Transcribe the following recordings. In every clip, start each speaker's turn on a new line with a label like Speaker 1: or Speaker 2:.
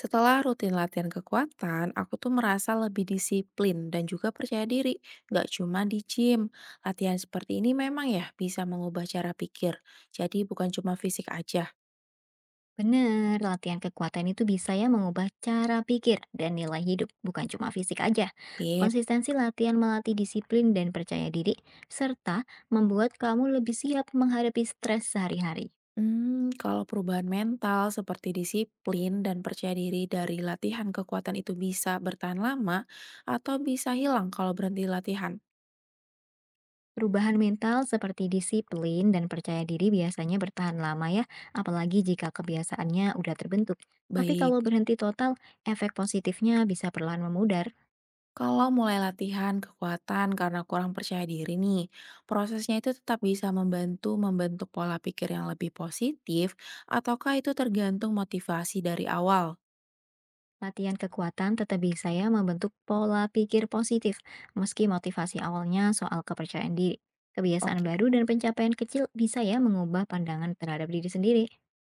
Speaker 1: Setelah rutin latihan kekuatan, aku tuh merasa lebih disiplin dan juga percaya diri, gak cuma di gym. Latihan seperti ini memang ya bisa mengubah cara pikir, jadi bukan cuma fisik aja.
Speaker 2: Bener latihan kekuatan itu bisa ya mengubah cara pikir dan nilai hidup, bukan cuma fisik aja.
Speaker 1: Sip.
Speaker 2: Konsistensi latihan melatih disiplin dan percaya diri, serta membuat kamu lebih siap menghadapi stres sehari-hari.
Speaker 1: Hmm, kalau perubahan mental seperti disiplin dan percaya diri dari latihan kekuatan itu bisa bertahan lama atau bisa hilang kalau berhenti latihan.
Speaker 2: Perubahan mental seperti disiplin dan percaya diri biasanya bertahan lama ya, apalagi jika kebiasaannya udah terbentuk. Tapi
Speaker 1: Baik.
Speaker 2: kalau berhenti total, efek positifnya bisa perlahan memudar.
Speaker 1: Kalau mulai latihan kekuatan karena kurang percaya diri nih, prosesnya itu tetap bisa membantu membentuk pola pikir yang lebih positif, ataukah itu tergantung motivasi dari awal?
Speaker 2: Latihan kekuatan tetap bisa ya membentuk pola pikir positif, meski motivasi awalnya soal kepercayaan diri. Kebiasaan
Speaker 1: Oke,
Speaker 2: baru dan pencapaian kecil bisa ya mengubah pandangan terhadap diri sendiri.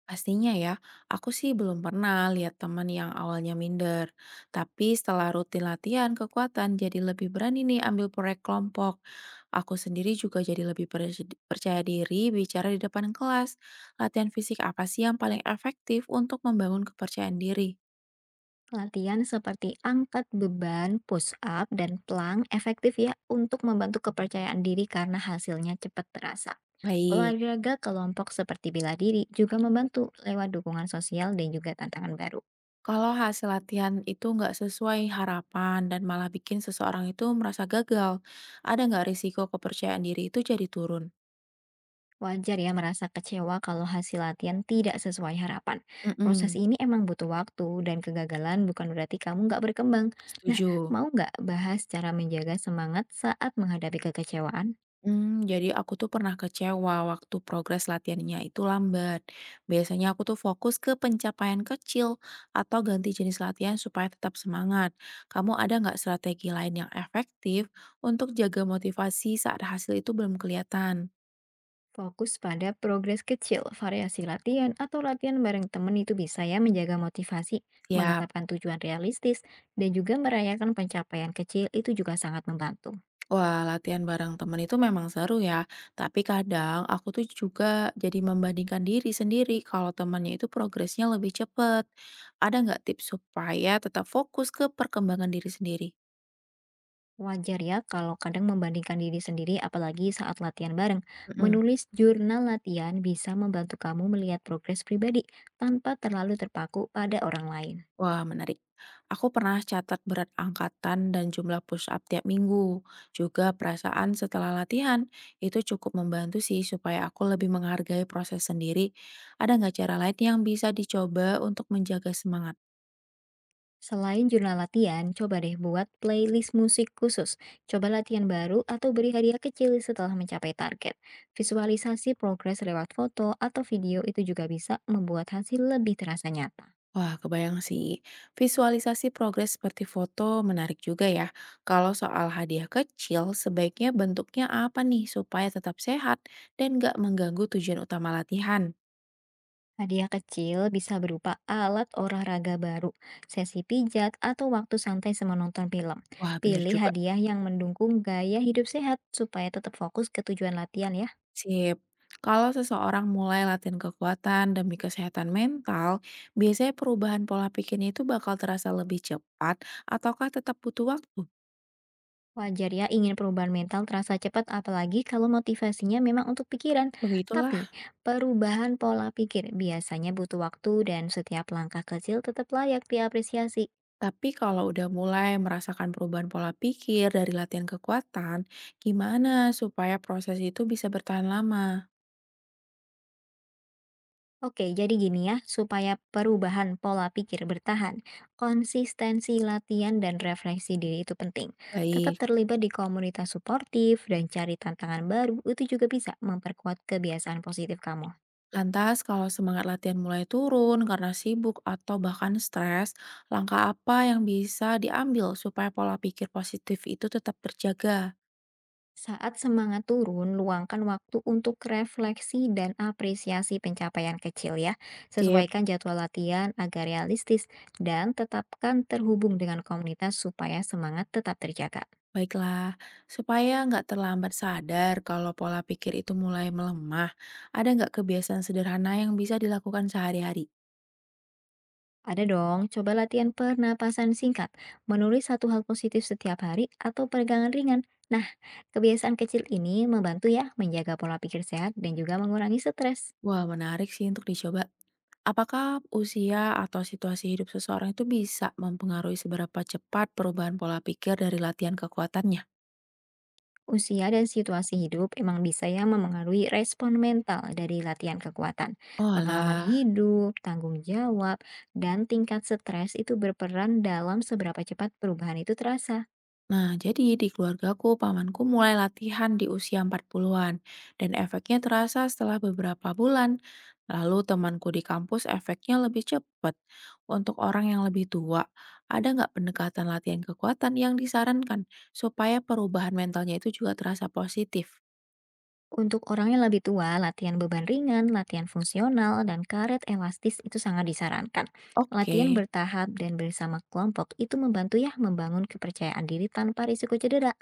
Speaker 1: pastinya ya, aku sih belum pernah lihat teman yang awalnya minder. Tapi setelah rutin latihan kekuatan, jadi lebih berani nih ambil proyek kelompok. Aku sendiri juga jadi lebih percaya diri bicara di depan kelas. Latihan fisik apa sih yang paling efektif untuk membangun kepercayaan diri?
Speaker 2: Latihan seperti angkat beban, push up, dan plank efektif ya untuk membantu kepercayaan diri karena hasilnya cepat terasa.
Speaker 1: Baik,
Speaker 2: Olahraga kelompok seperti bela diri juga membantu lewat dukungan sosial dan juga tantangan baru.
Speaker 1: kalau hasil latihan itu nggak sesuai harapan dan malah bikin seseorang itu merasa gagal, ada nggak risiko kepercayaan diri itu jadi turun?
Speaker 2: Wajar ya merasa kecewa kalau hasil latihan tidak sesuai harapan. Proses
Speaker 1: Mm-mm.
Speaker 2: ini emang butuh waktu dan kegagalan bukan berarti kamu nggak berkembang. Nah,
Speaker 1: Setuju.
Speaker 2: mau nggak bahas cara menjaga semangat saat menghadapi kekecewaan?
Speaker 1: Hmm, jadi aku tuh pernah kecewa waktu progres latihannya itu lambat. Biasanya aku tuh fokus ke pencapaian kecil atau ganti jenis latihan supaya tetap semangat. Kamu ada nggak strategi lain yang efektif untuk jaga motivasi saat hasil itu belum kelihatan?
Speaker 2: Fokus pada progres kecil, variasi latihan, atau latihan bareng temen itu bisa ya menjaga motivasi,
Speaker 1: Siap.
Speaker 2: menetapkan tujuan realistis, dan juga merayakan pencapaian kecil itu juga sangat membantu.
Speaker 1: Wah, latihan bareng temen itu memang seru ya. Tapi kadang aku tuh juga jadi membandingkan diri sendiri kalau temannya itu progresnya lebih cepet. Ada nggak tips supaya tetap fokus ke perkembangan diri sendiri?
Speaker 2: Wajar ya kalau kadang membandingkan diri sendiri apalagi saat latihan bareng.
Speaker 1: Mm-mm.
Speaker 2: Menulis jurnal latihan bisa membantu kamu melihat progres pribadi tanpa terlalu terpaku pada orang lain.
Speaker 1: Wah, menarik. Aku pernah catat berat angkatan dan jumlah push up tiap minggu. Juga perasaan setelah latihan. Itu cukup membantu sih supaya aku lebih menghargai proses sendiri. Ada nggak cara lain yang bisa dicoba untuk menjaga semangat?
Speaker 2: Selain jurnal latihan, coba deh buat playlist musik khusus. Coba latihan baru atau beri hadiah kecil setelah mencapai target. Visualisasi progres lewat foto atau video itu juga bisa membuat hasil lebih terasa nyata.
Speaker 1: Wah, kebayang sih. Visualisasi progres seperti foto menarik juga ya. Kalau soal hadiah kecil, sebaiknya bentuknya apa nih supaya tetap sehat dan nggak mengganggu tujuan utama latihan?
Speaker 2: Hadiah kecil bisa berupa alat olahraga baru, sesi pijat, atau waktu santai menonton film.
Speaker 1: Wah, bener
Speaker 2: Pilih
Speaker 1: juga.
Speaker 2: hadiah yang mendukung gaya hidup sehat supaya tetap fokus ke tujuan latihan ya.
Speaker 1: Sip. Kalau seseorang mulai latihan kekuatan demi kesehatan mental, biasanya perubahan pola pikirnya itu bakal terasa lebih cepat ataukah tetap butuh waktu?
Speaker 2: Wajar ya ingin perubahan mental terasa cepat apalagi kalau motivasinya memang untuk pikiran.
Speaker 1: Begitulah.
Speaker 2: Tapi perubahan pola pikir biasanya butuh waktu dan setiap langkah kecil tetap layak diapresiasi.
Speaker 1: Tapi kalau udah mulai merasakan perubahan pola pikir dari latihan kekuatan, gimana supaya proses itu bisa bertahan lama?
Speaker 2: Oke, jadi gini ya, supaya perubahan pola pikir bertahan, konsistensi latihan dan refleksi diri itu penting. Tetap
Speaker 1: Baik.
Speaker 2: terlibat di komunitas suportif dan cari tantangan baru itu juga bisa memperkuat kebiasaan positif kamu.
Speaker 1: Lantas, kalau semangat latihan mulai turun karena sibuk atau bahkan stres, langkah apa yang bisa diambil supaya pola pikir positif itu tetap terjaga?
Speaker 2: Saat semangat turun, luangkan waktu untuk refleksi dan apresiasi pencapaian kecil ya.
Speaker 1: Sip.
Speaker 2: Sesuaikan jadwal latihan agar realistis dan tetapkan terhubung dengan komunitas supaya semangat tetap terjaga.
Speaker 1: Baiklah, supaya nggak terlambat sadar kalau pola pikir itu mulai melemah, ada nggak kebiasaan sederhana yang bisa dilakukan sehari-hari?
Speaker 2: Ada dong, coba latihan pernapasan singkat, menulis satu hal positif setiap hari, atau peregangan ringan. Nah, kebiasaan kecil ini membantu ya menjaga pola pikir sehat dan juga mengurangi stres.
Speaker 1: Wah, menarik sih untuk dicoba. Apakah usia atau situasi hidup seseorang itu bisa mempengaruhi seberapa cepat perubahan pola pikir dari latihan kekuatannya?
Speaker 2: Usia dan situasi hidup emang bisa ya memengaruhi respon mental dari latihan kekuatan. Pengalaman
Speaker 1: Oalah.
Speaker 2: hidup, tanggung jawab, dan tingkat stres itu berperan dalam seberapa cepat perubahan itu terasa.
Speaker 1: Nah, jadi di keluargaku, pamanku mulai latihan di usia 40-an, dan efeknya terasa setelah beberapa bulan. Lalu temanku di kampus efeknya lebih cepat. Untuk orang yang lebih tua, ada nggak pendekatan latihan kekuatan yang disarankan supaya perubahan mentalnya itu juga terasa positif?
Speaker 2: Untuk orang yang lebih tua, latihan beban ringan, latihan fungsional, dan karet elastis itu sangat disarankan. Latihan
Speaker 1: Oke.
Speaker 2: bertahap dan bersama kelompok itu membantu ya membangun kepercayaan diri tanpa risiko cedera.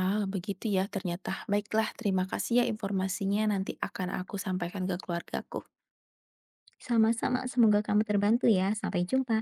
Speaker 1: Ah, begitu ya ternyata. Baiklah, terima kasih ya informasinya. Nanti akan aku sampaikan ke keluargaku.
Speaker 2: Sama-sama, semoga kamu terbantu ya. Sampai jumpa.